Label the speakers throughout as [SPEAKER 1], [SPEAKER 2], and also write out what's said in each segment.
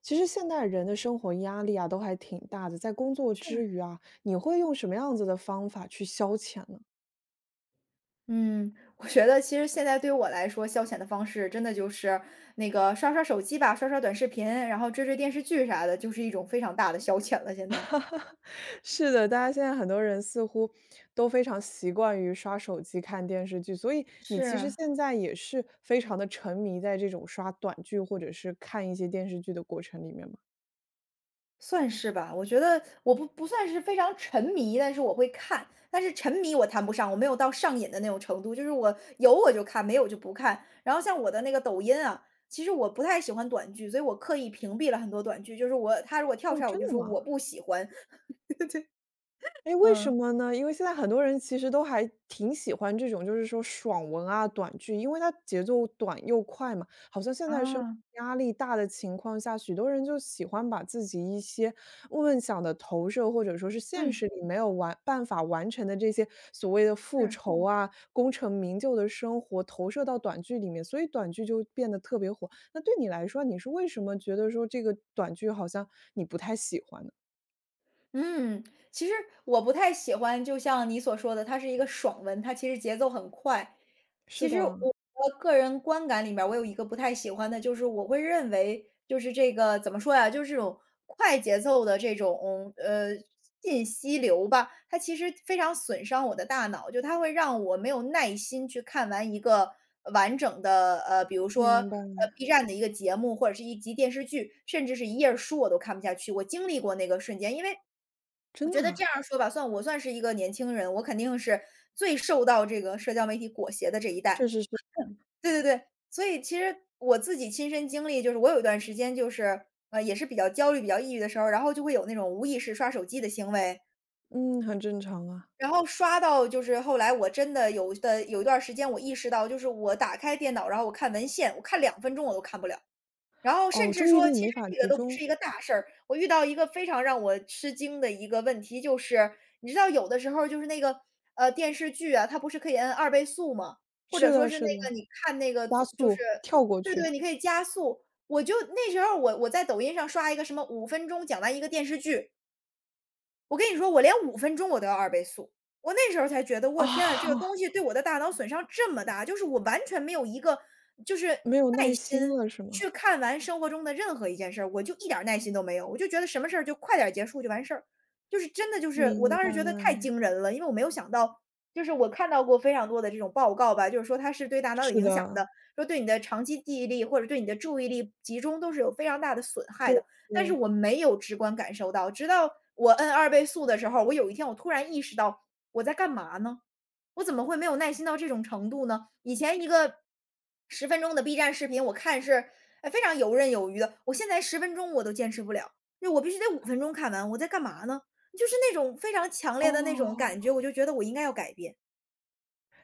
[SPEAKER 1] 其实现代人的生活压力啊，都还挺大的。在工作
[SPEAKER 2] 是。
[SPEAKER 1] 之余啊，你会用什么样子的方法去消遣呢？
[SPEAKER 2] 嗯，我觉得其实现在对于我来说，消遣的方式真的就是那个刷刷手机吧，刷刷短视频，然后追追电视剧啥的，就是一种非常大的消遣了，现在。
[SPEAKER 1] 是的，大家现在很多人似乎都非常习惯于刷手机、看电视剧，所以你其实
[SPEAKER 2] 是，
[SPEAKER 1] 现在也是非常的沉迷在这种刷短剧或者是看一些电视剧的过程里面吗？
[SPEAKER 2] 算是吧。我觉得我不算是非常沉迷，但是我会看，但是沉迷我谈不上，我没有到上瘾的那种程度，就是我有我就看，没有就不看。然后像我的那个抖音啊，其实我不太喜欢短剧，所以我刻意屏蔽了很多短剧，就是我，他如果跳出
[SPEAKER 1] 哦，
[SPEAKER 2] 来，我
[SPEAKER 1] 真
[SPEAKER 2] 就
[SPEAKER 1] 的
[SPEAKER 2] 说
[SPEAKER 1] 吗？
[SPEAKER 2] 我不喜欢。
[SPEAKER 1] 哎，为什
[SPEAKER 2] 嗯，
[SPEAKER 1] 么呢？因为现在很多人其实都还挺喜欢这种，就是说爽文啊、短剧，因为它节奏短又快嘛。好像现在生活
[SPEAKER 2] 啊，
[SPEAKER 1] 压力大的情况下，许多人就喜欢把自己一些梦想的投射，或者说是现
[SPEAKER 2] 嗯，
[SPEAKER 1] 实里没有完办法完成的这些所谓的复
[SPEAKER 2] 是。
[SPEAKER 1] 仇啊、功成名就的生活，投射到短剧里面，所以短剧就变得特别火。那对你来说，你是为什么觉得说这个短剧好像你不太喜欢呢？
[SPEAKER 2] 嗯，其实我不太喜欢，就像你所说的，它是一个爽文，它其实节奏很快。其
[SPEAKER 1] 是
[SPEAKER 2] 实我
[SPEAKER 1] 的，
[SPEAKER 2] 的个人观感里面儿我有一个不太喜欢的，就是我会认为，就是这个怎么说呀，就是这种快节奏的这种信息流吧，它其实非常损伤我的大脑，就它会让我没有耐心去看完一个完整的比如说。
[SPEAKER 1] 明白，
[SPEAKER 2] B 站的一个节目或者是一集电视剧，甚至是一页儿书，我都看不下去。我经历过那个瞬间，因为我
[SPEAKER 1] 真
[SPEAKER 2] 觉
[SPEAKER 1] 的
[SPEAKER 2] 得这
[SPEAKER 1] 啊，
[SPEAKER 2] 样说吧，算我算是一个年轻人，我肯定是最受到这个社交媒体裹挟的这一代。
[SPEAKER 1] 确实是，
[SPEAKER 2] 对对对，所以其实我自己亲身经历就是，我有一段时间就是，也是比较焦虑、比较抑郁的时候，然后就会有那种无意识刷手机的行为，
[SPEAKER 1] 嗯，很正常啊。
[SPEAKER 2] 然后就是后来我真的有一段时间，我意识到就是我打开电脑，然后我看文献，我看2分钟我都看不了。然后甚
[SPEAKER 1] 哦，
[SPEAKER 2] 至
[SPEAKER 1] 注意
[SPEAKER 2] 说，
[SPEAKER 1] 力
[SPEAKER 2] 其
[SPEAKER 1] 没
[SPEAKER 2] 实
[SPEAKER 1] 法
[SPEAKER 2] 这个
[SPEAKER 1] 集
[SPEAKER 2] 都不
[SPEAKER 1] 中，
[SPEAKER 2] 是一个大事儿。我遇到一个非常让我吃惊的一个问题，就是你知道有的时候就是那个，电视剧啊，它不是可以摁二倍速吗？或
[SPEAKER 1] 是
[SPEAKER 2] 者说
[SPEAKER 1] 的
[SPEAKER 2] 是那
[SPEAKER 1] 是的，
[SPEAKER 2] 个你看那个
[SPEAKER 1] 加
[SPEAKER 2] 做就是
[SPEAKER 1] 速，跳过
[SPEAKER 2] 对
[SPEAKER 1] 去。
[SPEAKER 2] 对，你可以加速。我就那时候我在抖音上刷一个什么五分钟讲完一个电视剧，我跟你说，我连五分钟我都要二倍速，我那时候才觉得，
[SPEAKER 1] 啊，
[SPEAKER 2] 我天啊，这个东西对我的大脑损伤这么大，就是我完全没有一个就是
[SPEAKER 1] 没有
[SPEAKER 2] 耐
[SPEAKER 1] 耐心
[SPEAKER 2] 心
[SPEAKER 1] 了是吗？
[SPEAKER 2] 去看完生活中的任何一件事儿，我就一点儿耐心都没有，我就觉得什么事儿就快点儿结束就完事儿。就是真的就是我
[SPEAKER 1] 明
[SPEAKER 2] 当时
[SPEAKER 1] 白，
[SPEAKER 2] 觉得太惊人了，因为我没有想到，就是我看到过非常多的这种报告吧，就是说它是对大脑有
[SPEAKER 1] 是
[SPEAKER 2] 影响
[SPEAKER 1] 的，
[SPEAKER 2] 的，说对你的长期记忆力或者对你的注意力集中都是有非常大的损害的。但是
[SPEAKER 1] 对。
[SPEAKER 2] 我没有直观感受到，直到我摁二倍速的时候，我有一天我突然意识到我在干嘛呢？我怎么会没有耐心到这种程度呢？以前一个十分钟的 B 站视频，我看是哎非常游刃有余的，我现在十分钟我都坚持不了，就我必须得五分钟看完，我在干嘛呢？就是那种非常强烈的那种
[SPEAKER 1] 哦，
[SPEAKER 2] 感觉，我就觉得我应该要改变，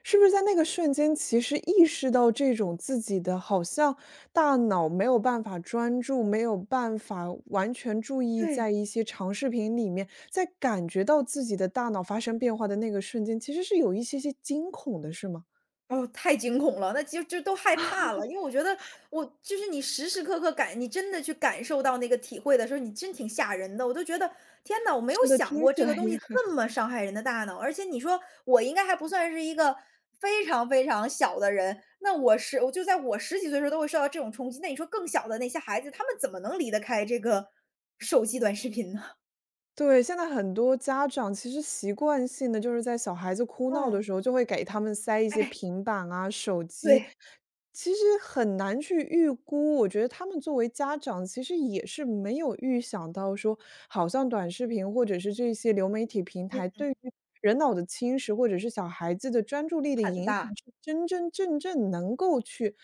[SPEAKER 1] 是不是在那个瞬间，其实意识到这种自己的好像大脑没有办法专注，没有办法完全注意在
[SPEAKER 2] 对。
[SPEAKER 1] 一些长视频里面，在感觉到自己的大脑发生变化的那个瞬间，其实是有一些些惊恐的是吗？
[SPEAKER 2] 哦，太惊恐了，那就都害怕
[SPEAKER 1] 啊，
[SPEAKER 2] 了，因为我觉得我就是你时时刻刻你真的去感受到那个体会的时候，你真挺吓人的。我都觉得天呐，我没有
[SPEAKER 1] 是的，
[SPEAKER 2] 想
[SPEAKER 1] 听
[SPEAKER 2] 过
[SPEAKER 1] 起
[SPEAKER 2] 这个
[SPEAKER 1] 来
[SPEAKER 2] 东
[SPEAKER 1] 也
[SPEAKER 2] 西
[SPEAKER 1] 很
[SPEAKER 2] 这么伤害人的大脑，而且你说我应该还不算是一个非常非常小的人，那我是我就在我十几岁的时候都会受到这种冲击，那你说更小的那些孩子，他们怎么能离得开这个手机短视频呢？
[SPEAKER 1] 对，现在很多家长其实习惯性的就是在小孩子哭闹的
[SPEAKER 2] 嗯，
[SPEAKER 1] 时候，就会给他们塞一些
[SPEAKER 2] 哎，
[SPEAKER 1] 平板啊、手机，
[SPEAKER 2] 对，
[SPEAKER 1] 其实很难去预估。我觉得他们作为家长，其实也是没有预想到说，好像短视频或者是这些流媒体平台
[SPEAKER 2] 嗯，
[SPEAKER 1] 对于人脑的侵蚀，或者是小孩子的专注力的
[SPEAKER 2] 很
[SPEAKER 1] 影响，
[SPEAKER 2] 大，
[SPEAKER 1] 是真真正正能够去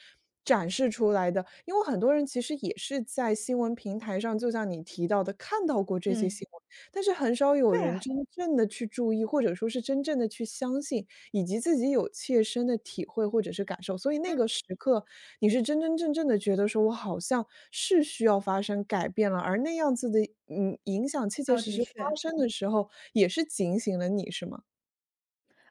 [SPEAKER 1] 展示出来的。因为很多人其实也是在新闻平台上，就像你提到的，看到过这些
[SPEAKER 2] 嗯，
[SPEAKER 1] 新闻。但是很少有
[SPEAKER 2] 对
[SPEAKER 1] 人
[SPEAKER 2] 啊，
[SPEAKER 1] 真正的去注意，或者说是真正的去相信，以及自己有切身的体会或者是感受。所以那
[SPEAKER 2] 嗯。
[SPEAKER 1] 个时刻，你是真真正正的觉得说我好像是需要发生改变了，而那样子的，嗯，影响切切
[SPEAKER 2] 哦，
[SPEAKER 1] 实
[SPEAKER 2] 的
[SPEAKER 1] 实发
[SPEAKER 2] 确。
[SPEAKER 1] 生的时候，也是警醒了你是吗？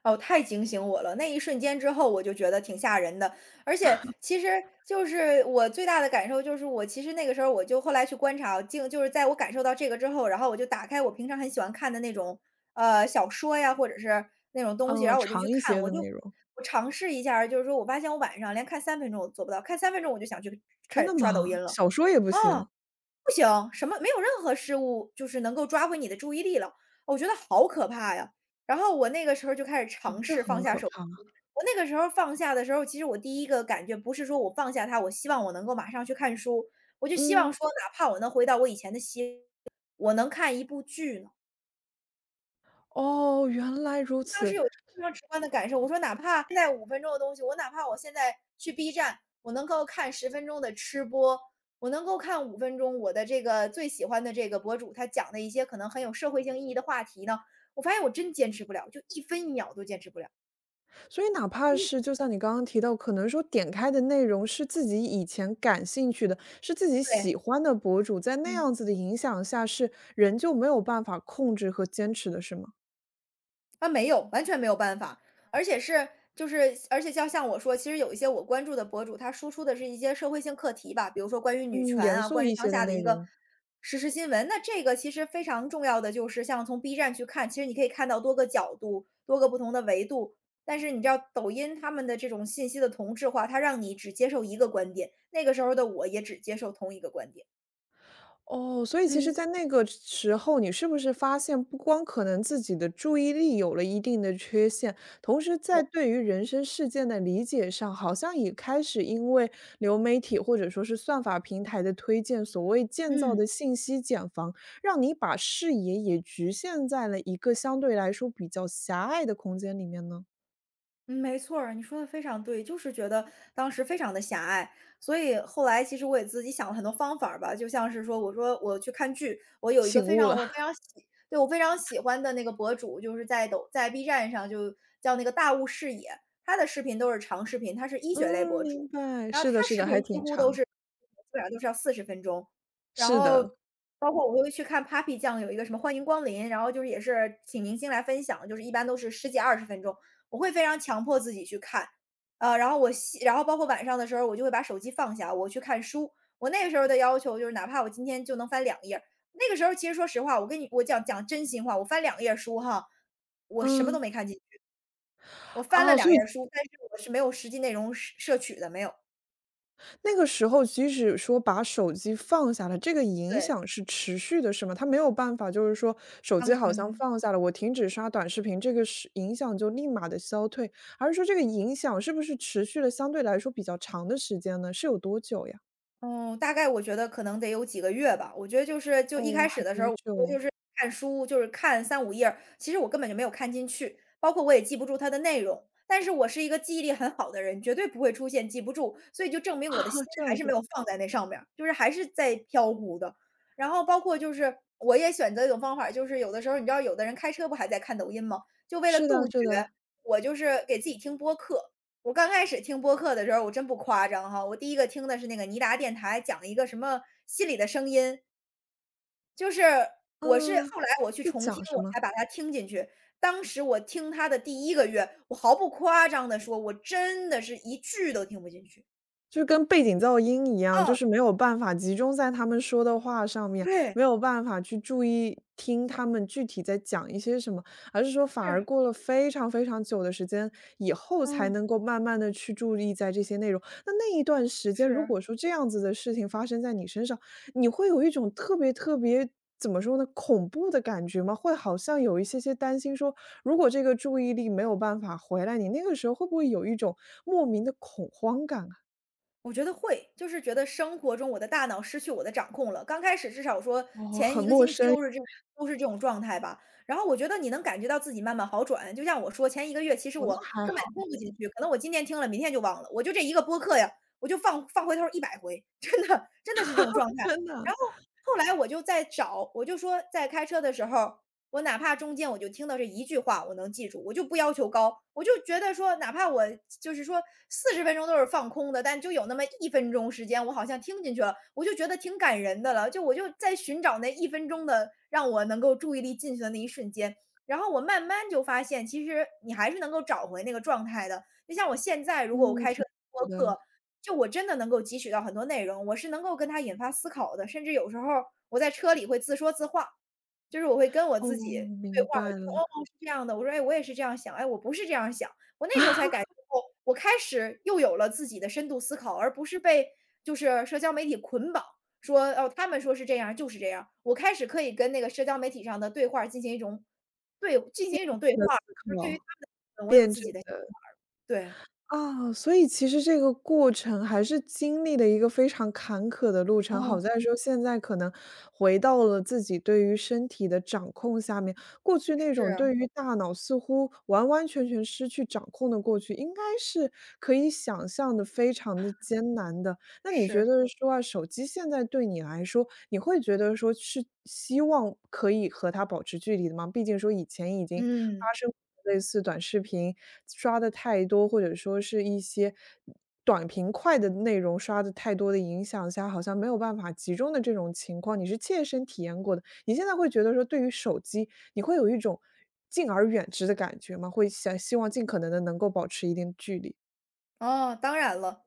[SPEAKER 2] 哦，太警醒我了，那一瞬间之后我就觉得挺吓人的。而且其实就是我最大的感受就是我其实那个时候我就后来去观察，就是在我感受到这个之后，然后我就打开我平常很喜欢看的那种，小说呀，或者是那种东西，然
[SPEAKER 1] 啊，
[SPEAKER 2] 后我就
[SPEAKER 1] 长
[SPEAKER 2] 去
[SPEAKER 1] 一
[SPEAKER 2] 看，
[SPEAKER 1] 些
[SPEAKER 2] 我
[SPEAKER 1] 的
[SPEAKER 2] 就
[SPEAKER 1] 内容。
[SPEAKER 2] 我尝试一下儿就是说我发现我晚上连看三分钟我做不到，看三分钟我就想去
[SPEAKER 1] 真
[SPEAKER 2] 看
[SPEAKER 1] 的
[SPEAKER 2] 刷抖音
[SPEAKER 1] 吗？
[SPEAKER 2] 了，
[SPEAKER 1] 小说也不
[SPEAKER 2] 啊。
[SPEAKER 1] 行？
[SPEAKER 2] 不行，什么没有任何事物就是能够抓回你的注意力了，我觉得好可怕呀。然后我那个时候就开始
[SPEAKER 1] 哦，
[SPEAKER 2] 尝
[SPEAKER 1] 这
[SPEAKER 2] 试放
[SPEAKER 1] 很
[SPEAKER 2] 下
[SPEAKER 1] 可
[SPEAKER 2] 手
[SPEAKER 1] 怕。
[SPEAKER 2] 我那个时候放下的时候，其实我第一个感觉不是说我放下它，我希望我能够马上去看书，我就希望
[SPEAKER 1] 嗯，
[SPEAKER 2] 说哪怕我能回到我以前的心，我能看一部剧呢。
[SPEAKER 1] 哦，原来如
[SPEAKER 2] 当时
[SPEAKER 1] 此。
[SPEAKER 2] 有非常直观的感受，我说哪怕现在五分钟的东西，我哪怕我现在去 B 站，我能够看十分钟的吃播，我能够看五分钟我的这个最喜欢的这个博主，他讲的一些可能很有社会性意义的话题呢，我发现我真坚持不了，就一分一秒都坚持不了，
[SPEAKER 1] 所以哪怕是就像你刚刚提到，可能说点开的内容是自己以前感兴趣的，是自己
[SPEAKER 2] 对，
[SPEAKER 1] 喜欢的博主，在那
[SPEAKER 2] 嗯。
[SPEAKER 1] 样子的影响下，是人就没有办法控制和坚持的，是吗？
[SPEAKER 2] 啊，没有，完全没有办法，而且是就是而且像我说，其实有一些我关注的博主，他输出的是一些社会性课题吧，比如说关于女
[SPEAKER 1] 嗯，
[SPEAKER 2] 权
[SPEAKER 1] 严
[SPEAKER 2] 啊，
[SPEAKER 1] 肃
[SPEAKER 2] 关于
[SPEAKER 1] 一
[SPEAKER 2] 当
[SPEAKER 1] 些的
[SPEAKER 2] 下的
[SPEAKER 1] 内
[SPEAKER 2] 一个
[SPEAKER 1] 容。
[SPEAKER 2] 时事新闻。那这个其实非常重要的就是，像从 B 站去看，其实你可以看到多个角度、多个不同的维度。但是你知道，抖音他们的这种信息的同质化，它让你只接受一个观点。那个时候的我也只接受同一个观点。
[SPEAKER 1] 哦，所以其实在
[SPEAKER 2] 嗯。
[SPEAKER 1] 那个时候，你是不是发现不光可能自己的注意力有了一定的缺陷，同时在对于人生事件的理解上，好像也开始因为流媒体或者说是算法平台的推荐，所谓建造
[SPEAKER 2] 嗯。
[SPEAKER 1] 的信息茧房，让你把视野也局限在了一个相对来说比较狭隘的空间里面呢？
[SPEAKER 2] 嗯，没错儿，你说的非常对，就是觉得当时非常的狭隘。所以后来其实我也自己想了很多方法儿吧，就像是说我说我去看剧，我有一个
[SPEAKER 1] 醒
[SPEAKER 2] 非
[SPEAKER 1] 悟了，
[SPEAKER 2] 常我非 常喜对，我非常喜欢的那个博主，就是在 B 站上就叫那个大雾视野，他的视频都是长视频，他是医学类
[SPEAKER 1] 嗯，
[SPEAKER 2] 博
[SPEAKER 1] 明
[SPEAKER 2] 主，
[SPEAKER 1] 白，
[SPEAKER 2] 然后
[SPEAKER 1] 是的，
[SPEAKER 2] 他
[SPEAKER 1] 是
[SPEAKER 2] 视
[SPEAKER 1] 的，还
[SPEAKER 2] 频几
[SPEAKER 1] 挺
[SPEAKER 2] 乎都
[SPEAKER 1] 长，
[SPEAKER 2] 是基本上都是要40分钟。然
[SPEAKER 1] 是
[SPEAKER 2] 后
[SPEAKER 1] 的，
[SPEAKER 2] 包括我会去看 Papi 酱有一个什么欢迎光临，然后就是也是请明星来分享，就是一般都是十几二十分钟。我会非常强迫自己去看，然后然后包括晚上的时候，我就会把手机放下，我去看书。我那个时候的要求就是，哪怕我今天就能翻两页儿，那个时候其实说实话，我跟你我讲讲真心话，我翻两页儿书哈，我什么都
[SPEAKER 1] 嗯，
[SPEAKER 2] 没看进去，我翻了
[SPEAKER 1] 啊，
[SPEAKER 2] 两
[SPEAKER 1] 所
[SPEAKER 2] 页
[SPEAKER 1] 以
[SPEAKER 2] 儿书，但是我是没有实际内容摄取的，没有。
[SPEAKER 1] 那个时候即使说把手机放下了，这个影
[SPEAKER 2] 对，
[SPEAKER 1] 响是持续的，是吗？他没有办法，就是说手机好像
[SPEAKER 2] 嗯。
[SPEAKER 1] 放下了，我停止刷短视频，这个是影响就立马的消退，而是说这个影响是不是持续了相对来说比较长的时间呢？是有多久呀？
[SPEAKER 2] 嗯，大概我觉得可能得有几个月吧。我觉得就是就一
[SPEAKER 1] 哦，
[SPEAKER 2] 开
[SPEAKER 1] 还
[SPEAKER 2] 始的时
[SPEAKER 1] 挺
[SPEAKER 2] 候，我就
[SPEAKER 1] 久。
[SPEAKER 2] 是看书，就是看三五页儿，其实我根本就没有看进去，包括我也记不住它的内容。但是我是一个记忆力很好的人，绝对不会出现记不住，所以就证 明我的心
[SPEAKER 1] 哦，这
[SPEAKER 2] 还
[SPEAKER 1] 样
[SPEAKER 2] 是没
[SPEAKER 1] 子。
[SPEAKER 2] 有放在那上面儿，就是还是在飘忽的。然后包括就是我也选择一种方法，就是有的时候你知道有的人开车不还在看抖音吗？就为了
[SPEAKER 1] 是的
[SPEAKER 2] 杜绝，
[SPEAKER 1] 是的，
[SPEAKER 2] 我就是给自己听播客。我刚开始听播客的时候，我真不夸张哈，我第一个听的是那个尼达电台讲了一个什么心理的声音，就是我是
[SPEAKER 1] 嗯，
[SPEAKER 2] 后来我去
[SPEAKER 1] 是
[SPEAKER 2] 重听，
[SPEAKER 1] 讲什
[SPEAKER 2] 我才
[SPEAKER 1] 么？
[SPEAKER 2] 把它听进去。当时我听它的第一个月，我毫不夸张的说，我真的是一句都听不进去。
[SPEAKER 1] 就跟背景噪音一样，就
[SPEAKER 2] 嗯，
[SPEAKER 1] 是没有办法集中在他们说的话上面，
[SPEAKER 2] 对，
[SPEAKER 1] 没有办法去注意听他们具体在讲一些什么，而是说反而
[SPEAKER 2] 是，
[SPEAKER 1] 过了非常非常久的时间以后，才
[SPEAKER 2] 嗯，
[SPEAKER 1] 能够慢慢的去注意在这些内容。那那一段时间，如
[SPEAKER 2] 是。
[SPEAKER 1] 果说这样子的事情发生在你身上，你会有一种特别特别怎么说呢，恐怖的感觉吗？会好像有一些些担心说，如果这个注意力没有办法回来，你那个时候会不会有一种莫名的恐慌感啊？
[SPEAKER 2] 我觉得会，就是觉得生活中我的大脑失去我的掌控了。刚开始至少说
[SPEAKER 1] 哦，
[SPEAKER 2] 前
[SPEAKER 1] 很
[SPEAKER 2] 一个
[SPEAKER 1] 陌
[SPEAKER 2] 星期
[SPEAKER 1] 生，
[SPEAKER 2] 都是这种状态吧，然后我觉得你能感觉到自己慢慢好转。就像我说前一个月其实
[SPEAKER 1] 哦，那
[SPEAKER 2] 我
[SPEAKER 1] 还
[SPEAKER 2] 根本
[SPEAKER 1] 好，
[SPEAKER 2] 听不进去，可能我今天听了，明天就忘了。我就这一个播客呀，我就放回头100回，真的真的是这种状态。
[SPEAKER 1] 真的，
[SPEAKER 2] 然后后来我就在找，我就说在开车的时候我哪怕中间我就听到这一句话，我能记住，我就不要求高，我就觉得说，哪怕我就是说40分钟都是放空的，但就有那么一分钟时间，我好像听进去了，我就觉得挺感人的了。就我就在寻找那一分钟的让我能够注意力进去的那一瞬间，然后我慢慢就发现，其实你还是能够找回那个状态的。就像我现在，如果我
[SPEAKER 1] 嗯，
[SPEAKER 2] 开车
[SPEAKER 1] 挺
[SPEAKER 2] 听播
[SPEAKER 1] 好的，
[SPEAKER 2] 客，就我真的能够汲取到很多内容，我是能够跟他引发思考的，甚至有时候我在车里会自说自话。就是我会跟我
[SPEAKER 1] 哦，
[SPEAKER 2] 自己对
[SPEAKER 1] 明
[SPEAKER 2] 话，我
[SPEAKER 1] 白了，
[SPEAKER 2] 说："哦，是这样的。"我说："哎，我也是这样想，哎，我不是这样想。"我那时候才 感觉哦，我开始又有了自己的深度思考，而不是被就是社交媒体捆绑，说哦，他们说是这样就是这样。我开始可以跟那个社交媒体上的对话进行一种对进行一种对
[SPEAKER 1] 换了
[SPEAKER 2] 话，
[SPEAKER 1] 思
[SPEAKER 2] 就是对于
[SPEAKER 1] 考，
[SPEAKER 2] 他们，的，我有
[SPEAKER 1] 辩
[SPEAKER 2] 自
[SPEAKER 1] 证
[SPEAKER 2] 己的想
[SPEAKER 1] 的。
[SPEAKER 2] 对，
[SPEAKER 1] 啊，所以其实这个过程还是经历了一个非常坎坷的路程，好
[SPEAKER 2] 哦，
[SPEAKER 1] 在说现在可能回到了自己对于身体的掌控下面，过去那种
[SPEAKER 2] 是
[SPEAKER 1] 对于大脑似乎完完全全失去掌控的过去，应该是可以想象的非常的艰难的。那你觉
[SPEAKER 2] 是，
[SPEAKER 1] 得说啊，手机现在对你来说，你会觉得说是希望可以和它保持距离的吗？毕竟说以前已经
[SPEAKER 2] 嗯，
[SPEAKER 1] 发生类似短视频刷的太多，或者说是一些短平快的内容刷的太多的影响下，好像没有办法集中的这种情况，你是切身体验过的。你现在会觉得说，对于手机，你会有一种敬而远之的感觉吗？会想希望尽可能的能够保持一定距离，
[SPEAKER 2] 哦，当然了，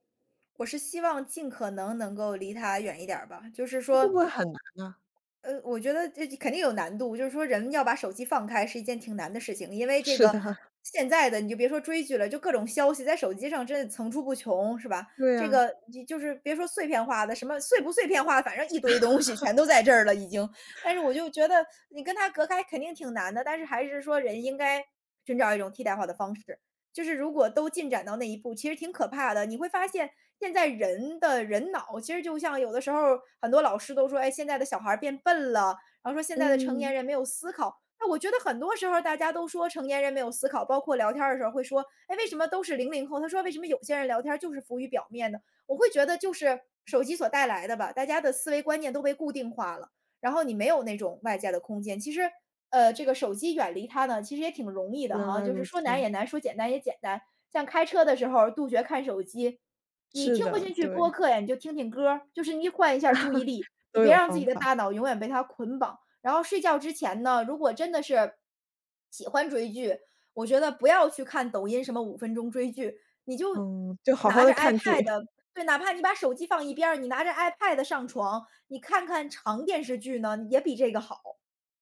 [SPEAKER 2] 我是希望尽可能能够离他远一点儿吧，就是
[SPEAKER 1] 会
[SPEAKER 2] 说
[SPEAKER 1] 不会很难啊？
[SPEAKER 2] 我觉得这肯定有难度，就是说人要把手机放开是一件挺难的事情，因为 这
[SPEAKER 1] 是
[SPEAKER 2] 个
[SPEAKER 1] 的，
[SPEAKER 2] 现在的你就别说追剧了，就各种消息在手机上真的层出不穷，是吧？
[SPEAKER 1] 对
[SPEAKER 2] 这
[SPEAKER 1] 啊，
[SPEAKER 2] 个你就是别说碎片化的，什么碎不碎片化的，反正一堆东西全都在这儿了已经。但是我就觉得你跟它隔开肯定挺难的，但是还是说人应该寻找一种替代化的方式。就是如果都进展到那一步，其实挺可怕的。你会发现现在人的人脑，其实就像有的时候很多老师都说，哎，现在的小孩儿变笨了，然后说现在的成年
[SPEAKER 1] 嗯，
[SPEAKER 2] 人没有思考。那我觉得很多时候大家都说成年人没有思考，包括聊天儿的时候会说，哎，为什么都是00后？他说为什么有些人聊天儿就是浮于表面的？我会觉得就是手机所带来的吧，大家的思维观念都被固定化了。然后你没有那种外在的空间。其实，这个手机远离它呢，其实也挺容易的
[SPEAKER 1] 原
[SPEAKER 2] 哈，
[SPEAKER 1] 来
[SPEAKER 2] 就是
[SPEAKER 1] 如
[SPEAKER 2] 说难
[SPEAKER 1] 此，
[SPEAKER 2] 也难，说简单也简单。像开车的时候杜绝看手机，你
[SPEAKER 1] 是
[SPEAKER 2] 听不
[SPEAKER 1] 的，
[SPEAKER 2] 进去播
[SPEAKER 1] 对，
[SPEAKER 2] 客呀，你就听听歌儿，就是你换一下注意力，你
[SPEAKER 1] 都
[SPEAKER 2] 别
[SPEAKER 1] 有
[SPEAKER 2] 让自
[SPEAKER 1] 方
[SPEAKER 2] 己的
[SPEAKER 1] 法，
[SPEAKER 2] 大脑永远被它捆绑。然后睡觉之前呢，如果真的是喜欢追剧，我觉得不要去看抖音什么5分钟追剧，你就
[SPEAKER 1] 嗯，就好
[SPEAKER 2] 拿
[SPEAKER 1] 好
[SPEAKER 2] 着
[SPEAKER 1] 的看剧
[SPEAKER 2] iPad，对，哪怕你把手机放一边儿，你拿着 iPad 上床，你看看长电视剧呢，也比这个好，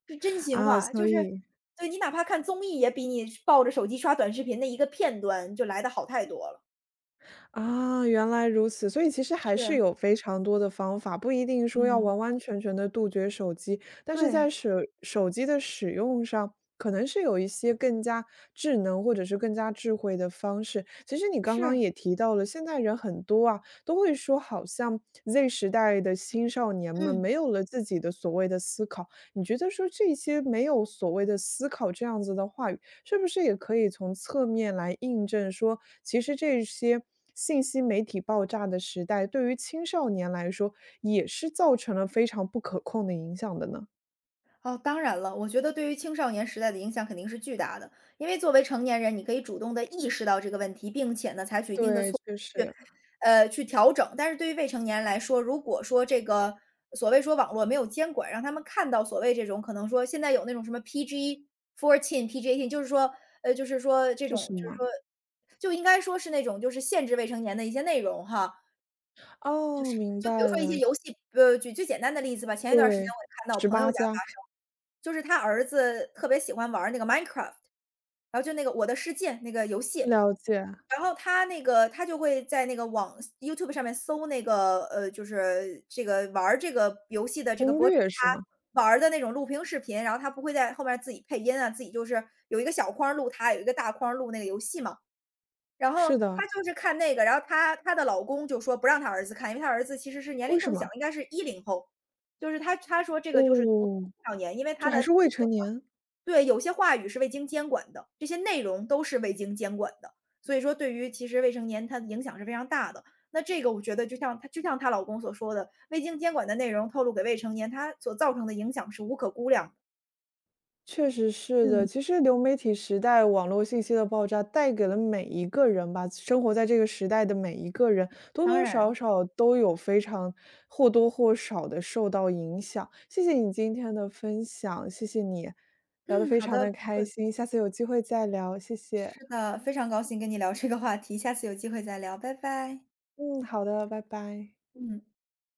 [SPEAKER 2] 是真心
[SPEAKER 1] 啊，
[SPEAKER 2] 话。
[SPEAKER 1] 所
[SPEAKER 2] 就是
[SPEAKER 1] 以
[SPEAKER 2] 对，你哪怕看综艺，也比你抱着手机刷短视频的一个片段就来得好太多了。
[SPEAKER 1] 啊，原来如此，所以其实还是
[SPEAKER 2] 是，
[SPEAKER 1] 有非常多的方法，不一定说要
[SPEAKER 2] 嗯，
[SPEAKER 1] 完完全全的杜绝手机，但是在
[SPEAKER 2] 对，
[SPEAKER 1] 手手机的使用上，可能是有一些更加智能或者是更加智慧的方式。其实你刚刚
[SPEAKER 2] 是，
[SPEAKER 1] 也提到了，现在人很多啊，都会说好像 Z 时代的青少年们
[SPEAKER 2] 嗯，
[SPEAKER 1] 没有了自己的所谓的思考，你觉得说这些没有所谓的思考这样子的话语，是不是也可以从侧面来印证说，其实这些信息媒体爆炸的时代，对于青少年来说，也是造成了非常不可控的影响的呢？
[SPEAKER 2] 哦，当然了，我觉得对于青少年时代的影响肯定是巨大的，因为作为成年人，你可以主动的意识到这个问题，并且呢，采取一定的
[SPEAKER 1] 对，
[SPEAKER 2] 措。
[SPEAKER 1] 确实，
[SPEAKER 2] 去调整。但是对于未成年来说，如果说这个所谓说网络没有监管，让他们看到所谓这种可能说现在有那种什么 PG14、PG10，EEIGH 就是说就是说这
[SPEAKER 1] 是
[SPEAKER 2] 种
[SPEAKER 1] 什
[SPEAKER 2] 就是
[SPEAKER 1] 么？
[SPEAKER 2] 说就应该说是那种就是限制未成年的一些内容哈。
[SPEAKER 1] 哦，明
[SPEAKER 2] 就比如
[SPEAKER 1] 白
[SPEAKER 2] 说一些
[SPEAKER 1] 了，
[SPEAKER 2] 游戏举最简单的例子吧，前一段时间
[SPEAKER 1] 对
[SPEAKER 2] 我也看到我
[SPEAKER 1] 十
[SPEAKER 2] 朋友
[SPEAKER 1] 八
[SPEAKER 2] 家
[SPEAKER 1] 加，
[SPEAKER 2] 发生，就是他儿子特别喜欢玩儿那个 Minecraft，然后就那个《我的世界》那个游戏。
[SPEAKER 1] 了解，
[SPEAKER 2] 然后他那个他就会在那个YouTube 上面搜那个，就是这个玩儿这个游戏的这个
[SPEAKER 1] 攻
[SPEAKER 2] 博主，
[SPEAKER 1] 略是吗？
[SPEAKER 2] 他玩儿的那种录屏视频，然后他不会在后面自己配音啊，自己就是有一个小框儿录他，有一个大框儿录那个游戏嘛。然后
[SPEAKER 1] 是的，
[SPEAKER 2] 她就是看那个，然后她的老公就说不让她儿子看，因为她儿子其实是年龄
[SPEAKER 1] 为什
[SPEAKER 2] 更小，
[SPEAKER 1] 么？
[SPEAKER 2] 应该是10后。就是他说这个就是童
[SPEAKER 1] 哦，
[SPEAKER 2] 少年，因为
[SPEAKER 1] 就
[SPEAKER 2] 他
[SPEAKER 1] 还
[SPEAKER 2] 的这
[SPEAKER 1] 是未
[SPEAKER 2] 个
[SPEAKER 1] 成年？
[SPEAKER 2] 对，有些话语是未经监管的，这些内容都是未经监管的。所以说，对于其实未成年，它的影响是非常大的。那这个我觉得就像她老公所说的，未经监管的内容透露给未成年，他所造成的影响是无可估量的。
[SPEAKER 1] 确实是的，
[SPEAKER 2] 嗯，
[SPEAKER 1] 其实流媒体时代，网络信息的爆炸带给了每一个人吧，生活在这个时代的每一个人，多
[SPEAKER 2] 当
[SPEAKER 1] 多少
[SPEAKER 2] 然。
[SPEAKER 1] 少都有非常或多或少的受到影响。谢谢你今天的分享，谢谢你，聊得
[SPEAKER 2] 嗯，
[SPEAKER 1] 非
[SPEAKER 2] 好
[SPEAKER 1] 常
[SPEAKER 2] 的，不
[SPEAKER 1] 的开
[SPEAKER 2] 客
[SPEAKER 1] 心，
[SPEAKER 2] 气。
[SPEAKER 1] 下次有机会再聊，谢谢。
[SPEAKER 2] 是的，非常高兴跟你聊这个话题，下次有机会再聊，拜拜。
[SPEAKER 1] 嗯，好的，拜拜。
[SPEAKER 2] 嗯。